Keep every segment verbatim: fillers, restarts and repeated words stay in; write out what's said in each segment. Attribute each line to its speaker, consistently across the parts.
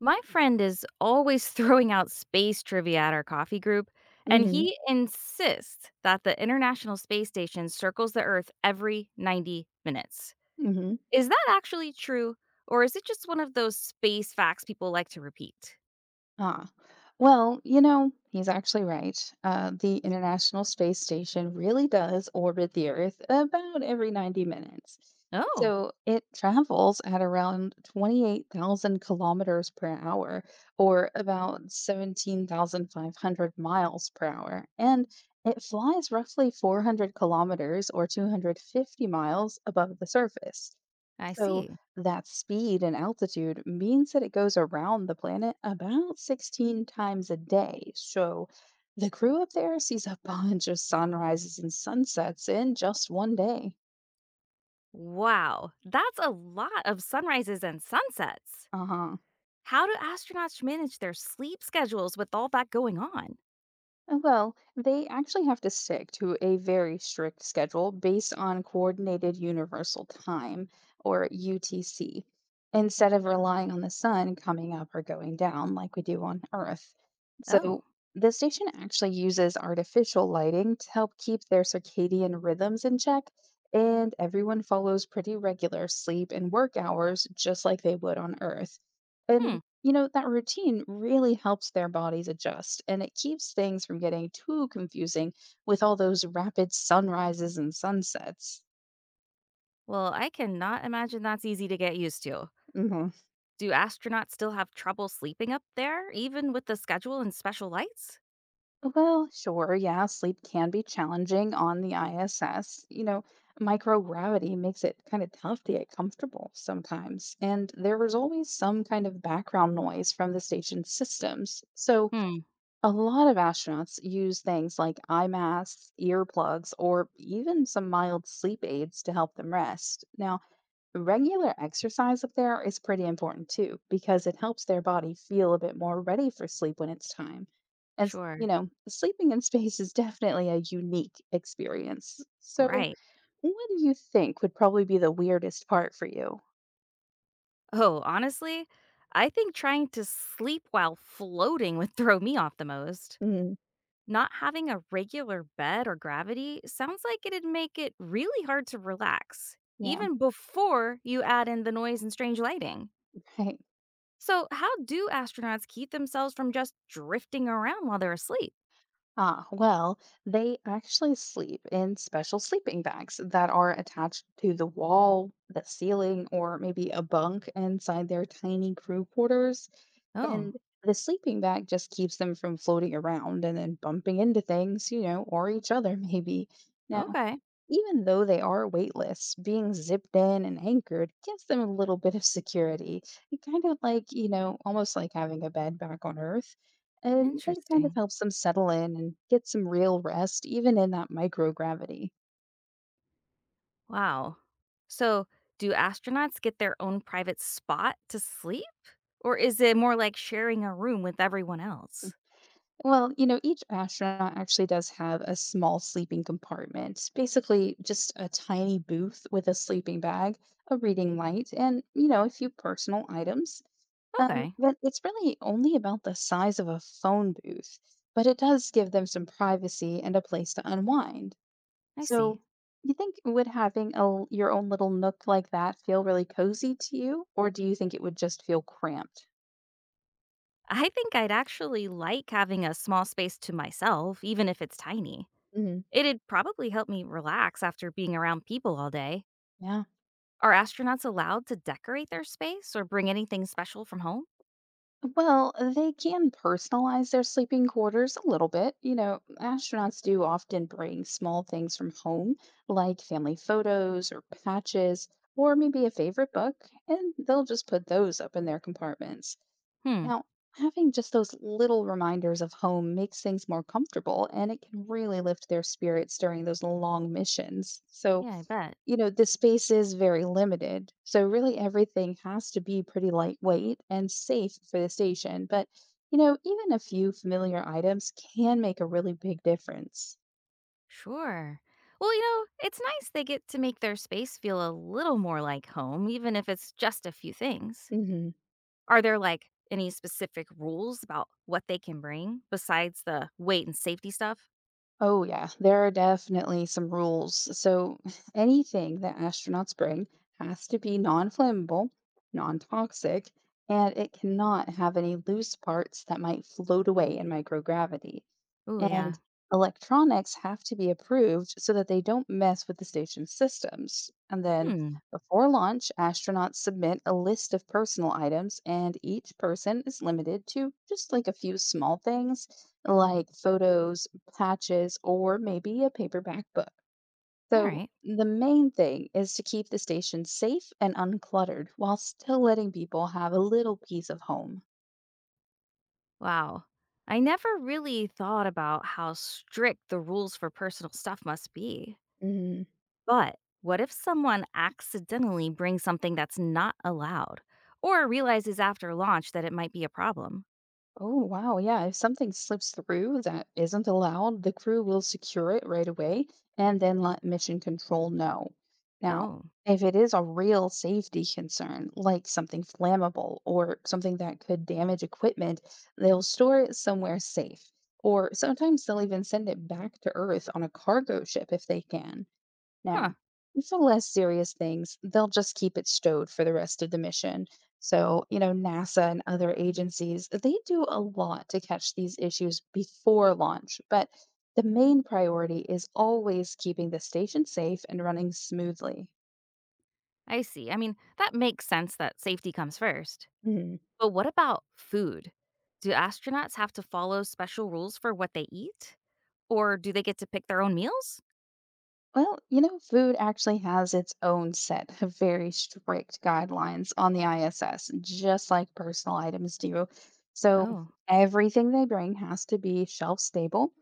Speaker 1: My friend is always throwing out space trivia at our coffee group, and
Speaker 2: Mhm.
Speaker 1: he insists that the International Space Station circles the Earth every ninety minutes.
Speaker 2: Mhm.
Speaker 1: Is that actually true, or is it just one of those space facts people like to repeat?
Speaker 2: Ah. Well, you know, he's actually right. Uh, the International Space Station really does orbit the Earth about every ninety minutes.
Speaker 1: Oh,
Speaker 2: So it travels at around twenty-eight thousand kilometers per hour, or about seventeen thousand five hundred miles per hour. And it flies roughly four hundred kilometers or two hundred fifty miles above the surface.
Speaker 1: I
Speaker 2: So
Speaker 1: see.
Speaker 2: That speed and altitude means that it goes around the planet about sixteen times a day. So the crew up there sees a bunch of sunrises and sunsets in just one day.
Speaker 1: Wow, that's a lot of sunrises and sunsets.
Speaker 2: Uh huh.
Speaker 1: How do astronauts manage their sleep schedules with all that going on?
Speaker 2: Uh, Well, they actually have to stick to a very strict schedule based on Coordinated Universal Time, or U T C, instead of relying on the sun coming up or going down like we do on Earth.
Speaker 1: Oh,
Speaker 2: So, the station actually uses artificial lighting to help keep their circadian rhythms in check, and everyone follows pretty regular sleep and work hours just like they would on Earth.
Speaker 1: hmm.
Speaker 2: And you know, that routine really helps their bodies adjust and it keeps things from getting too confusing with all those rapid sunrises and sunsets.
Speaker 1: Well, I cannot imagine that's easy to get used to.
Speaker 2: hmm
Speaker 1: Do astronauts still have trouble sleeping up there, even with the schedule and special lights?
Speaker 2: Well, sure, yeah, sleep can be challenging on the I S S. You know, microgravity makes it kind of tough to get comfortable sometimes, and there is always some kind of background noise from the station's systems. So,
Speaker 1: Hmm,
Speaker 2: A lot of astronauts use things like eye masks, earplugs, or even some mild sleep aids to help them rest. Now, regular exercise up there is pretty important too, because it helps their body feel a bit more ready for sleep when it's time. As you
Speaker 1: sure.
Speaker 2: know, sleeping in space is definitely a unique experience. So,
Speaker 1: Right.
Speaker 2: what do you think would probably be the weirdest part for you?
Speaker 1: Oh, honestly, I think trying to sleep while floating would throw me off the most.
Speaker 2: Mm,
Speaker 1: Not having a regular bed or gravity sounds like it'd make it really hard to relax,
Speaker 2: yeah,
Speaker 1: even before you add in the noise and strange lighting.
Speaker 2: right.
Speaker 1: So, how do astronauts keep themselves from just drifting around while they're asleep?
Speaker 2: Ah, well, they actually sleep in special sleeping bags that are attached to the wall, the ceiling, or maybe a bunk inside their tiny crew quarters.
Speaker 1: Oh,
Speaker 2: And the sleeping bag just keeps them from floating around and then bumping into things, you know, or each other maybe. Now,
Speaker 1: okay.
Speaker 2: even though they are weightless, being zipped in and anchored gives them a little bit of security. It kind of like, you know, almost like having a bed back on Earth. And it kind of
Speaker 1: Interesting.
Speaker 2: helps them settle in and get some real rest, even in that microgravity.
Speaker 1: Wow. So, do astronauts get their own private spot to sleep? Or is it more like sharing a room with everyone else?
Speaker 2: Well, you know, each astronaut actually does have a small sleeping compartment, basically just a tiny booth with a sleeping bag, a reading light, and, you know, a few personal items. Um,
Speaker 1: Okay,
Speaker 2: but it's really only about the size of a phone booth, but it does give them some privacy and a place to unwind.
Speaker 1: I see.
Speaker 2: So, you think would having a, l- your own little nook like that feel really cozy to you, or do you think it would just feel cramped?
Speaker 1: I think I'd actually like having a small space to myself, even if it's tiny.
Speaker 2: Mhm.
Speaker 1: It'd probably help me relax after being around people all day.
Speaker 2: Yeah.
Speaker 1: Are astronauts allowed to decorate their space or bring anything special from home?
Speaker 2: Well, they can personalize their sleeping quarters a little bit. You know, astronauts do often bring small things from home, like family photos or patches, or maybe a favorite book, and they'll just put those up in their compartments.
Speaker 1: Hmm,
Speaker 2: Now, having just those little reminders of home makes things more comfortable, and it can really lift their spirits during those long missions. So,
Speaker 1: yeah, I bet.
Speaker 2: you know, the space is very limited. So really everything has to be pretty lightweight and safe for the station. But, you know, even a few familiar items can make a really big difference.
Speaker 1: Sure. Well, you know, it's nice they get to make their space feel a little more like home, even if it's just a few things.
Speaker 2: hmm
Speaker 1: Are there like any specific rules about what they can bring besides the weight and safety stuff?
Speaker 2: Oh, yeah, there are definitely some rules. So anything that astronauts bring has to be non-flammable, non-toxic, and it cannot have any loose parts that might float away in microgravity.
Speaker 1: Oh, yeah.
Speaker 2: and electronics have to be approved so that they don't mess with the station's systems. And then
Speaker 1: Hmm.
Speaker 2: before launch, astronauts submit a list of personal items, and each person is limited to just like a few small things like photos, patches, or maybe a paperback book.
Speaker 1: All
Speaker 2: So
Speaker 1: right.
Speaker 2: the main thing is to keep the station safe and uncluttered while still letting people have a little piece of home.
Speaker 1: Wow. I never really thought about how strict the rules for personal stuff must be.
Speaker 2: Mhm.
Speaker 1: But what if someone accidentally brings something that's not allowed or realizes after launch that it might be a problem?
Speaker 2: Oh, wow. Yeah. If something slips through that isn't allowed, the crew will secure it right away and then let mission control know. Now,
Speaker 1: Oh,
Speaker 2: if it is a real safety concern, like something flammable or something that could damage equipment, they'll store it somewhere safe. Or sometimes they'll even send it back to Earth on a cargo ship if they can.
Speaker 1: huh.
Speaker 2: Now, for less serious things, they'll just keep it stowed for the rest of the mission. So, you know, NASA and other agencies, they do a lot to catch these issues before launch, but the main priority is always keeping the station safe and running smoothly.
Speaker 1: I see. I mean, that makes sense that safety comes first. But what about food? Do astronauts have to follow special rules for what they eat? Or do they get to pick their own meals?
Speaker 2: Well, you know, food actually has its own set of very strict guidelines on the I S S, just like personal items do. So
Speaker 1: Oh,
Speaker 2: everything they bring has to be shelf stable,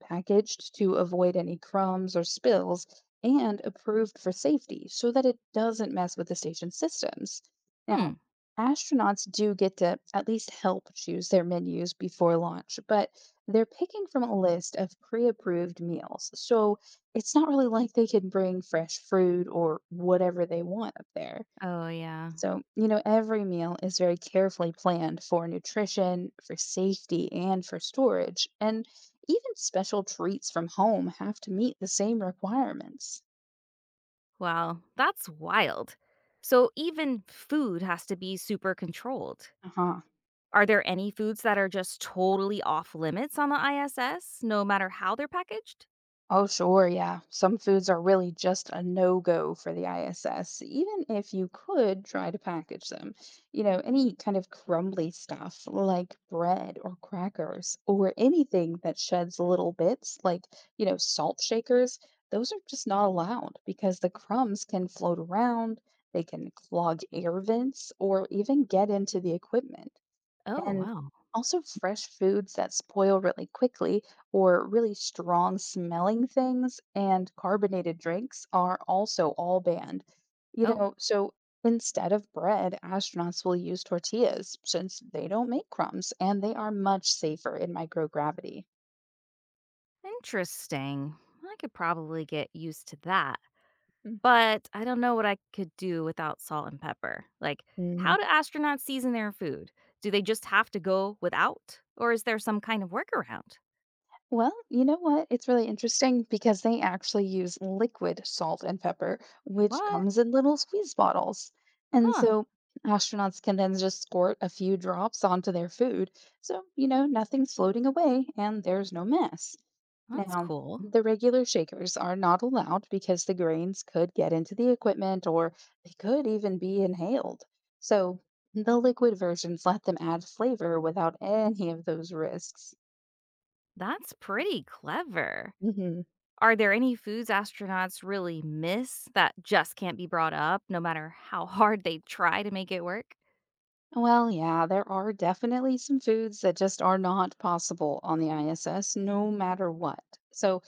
Speaker 2: packaged to avoid any crumbs or spills, and approved for safety so that it doesn't mess with the station systems.
Speaker 1: hmm.
Speaker 2: Now, astronauts do get to at least help choose their menus before launch, but they're picking from a list of pre approved meals. So it's not really like they can bring fresh fruit or whatever they want up there.
Speaker 1: Oh, yeah.
Speaker 2: So, you know, every meal is very carefully planned for nutrition, for safety, and for storage. And even special treats from home have to meet the same requirements.
Speaker 1: Wow, that's wild. So even food has to be super controlled.
Speaker 2: Uh huh.
Speaker 1: Are there any foods that are just totally off limits on the I S S, no matter how they're packaged?
Speaker 2: Oh, sure, yeah. Some foods are really just a no go for the I S S, even if you could try to package them. You know, any kind of crumbly stuff like bread or crackers or anything that sheds little bits, like, you know, salt shakers, those are just not allowed because the crumbs can float around, they can clog air vents, or even get into the equipment.
Speaker 1: Oh,
Speaker 2: And
Speaker 1: wow.
Speaker 2: also, fresh foods that spoil really quickly or really strong smelling things and carbonated drinks are also all banned. You
Speaker 1: Oh,
Speaker 2: know, so instead of bread, astronauts will use tortillas since they don't make crumbs and they are much safer in microgravity.
Speaker 1: interesting. I could probably get used to that.
Speaker 2: Mm.
Speaker 1: But I don't know what I could do without salt and pepper. Like, how
Speaker 2: Mhm.
Speaker 1: do astronauts season their food? Do they just have to go without? Or is there some kind of workaround?
Speaker 2: Well, you know what? It's really interesting because they actually use liquid salt and pepper, which
Speaker 1: What?
Speaker 2: comes in little squeeze bottles. And
Speaker 1: Huh.
Speaker 2: so astronauts can then just squirt a few drops onto their food. So, you know, nothing's floating away and there's no mess.
Speaker 1: That's
Speaker 2: Now,
Speaker 1: cool.
Speaker 2: the regular shakers are not allowed because the grains could get into the equipment or they could even be inhaled. So, the liquid versions let them add flavor without any of those risks.
Speaker 1: That's pretty clever.
Speaker 2: hmm
Speaker 1: Are there any foods astronauts really miss that just can't be brought up no matter how hard they try to make it work?
Speaker 2: Well, yeah, there are definitely some foods that just are not possible on the I S S, no matter what. So,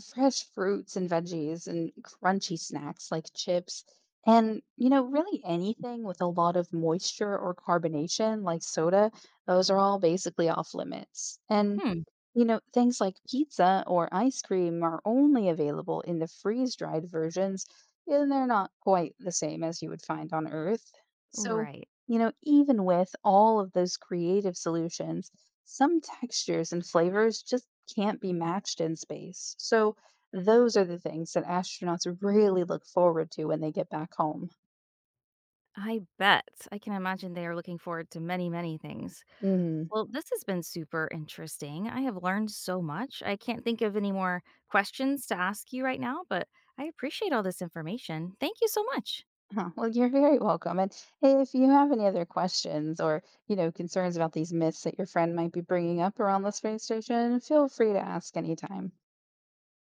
Speaker 2: fresh fruits and veggies and crunchy snacks like chips, and, you know, really anything with a lot of moisture or carbonation like soda, those are all basically off limits. And,
Speaker 1: Hmm.
Speaker 2: you know, things like pizza or ice cream are only available in the freeze-dried versions, and they're not quite the same as you would find on Earth. So,
Speaker 1: Right.
Speaker 2: you know, even with all of those creative solutions, some textures and flavors just can't be matched in space. So, those are the things that astronauts really look forward to when they get back home.
Speaker 1: I bet. I can imagine they are looking forward to many, many things.
Speaker 2: hmm
Speaker 1: Well, this has been super interesting. I have learned so much. I can't think of any more questions to ask you right now, but I appreciate all this information. Thank you so much.
Speaker 2: Huh, well, you're very welcome. And hey, if you have any other questions or, you know, concerns about these myths that your friend might be bringing up around the space station, feel free to ask anytime.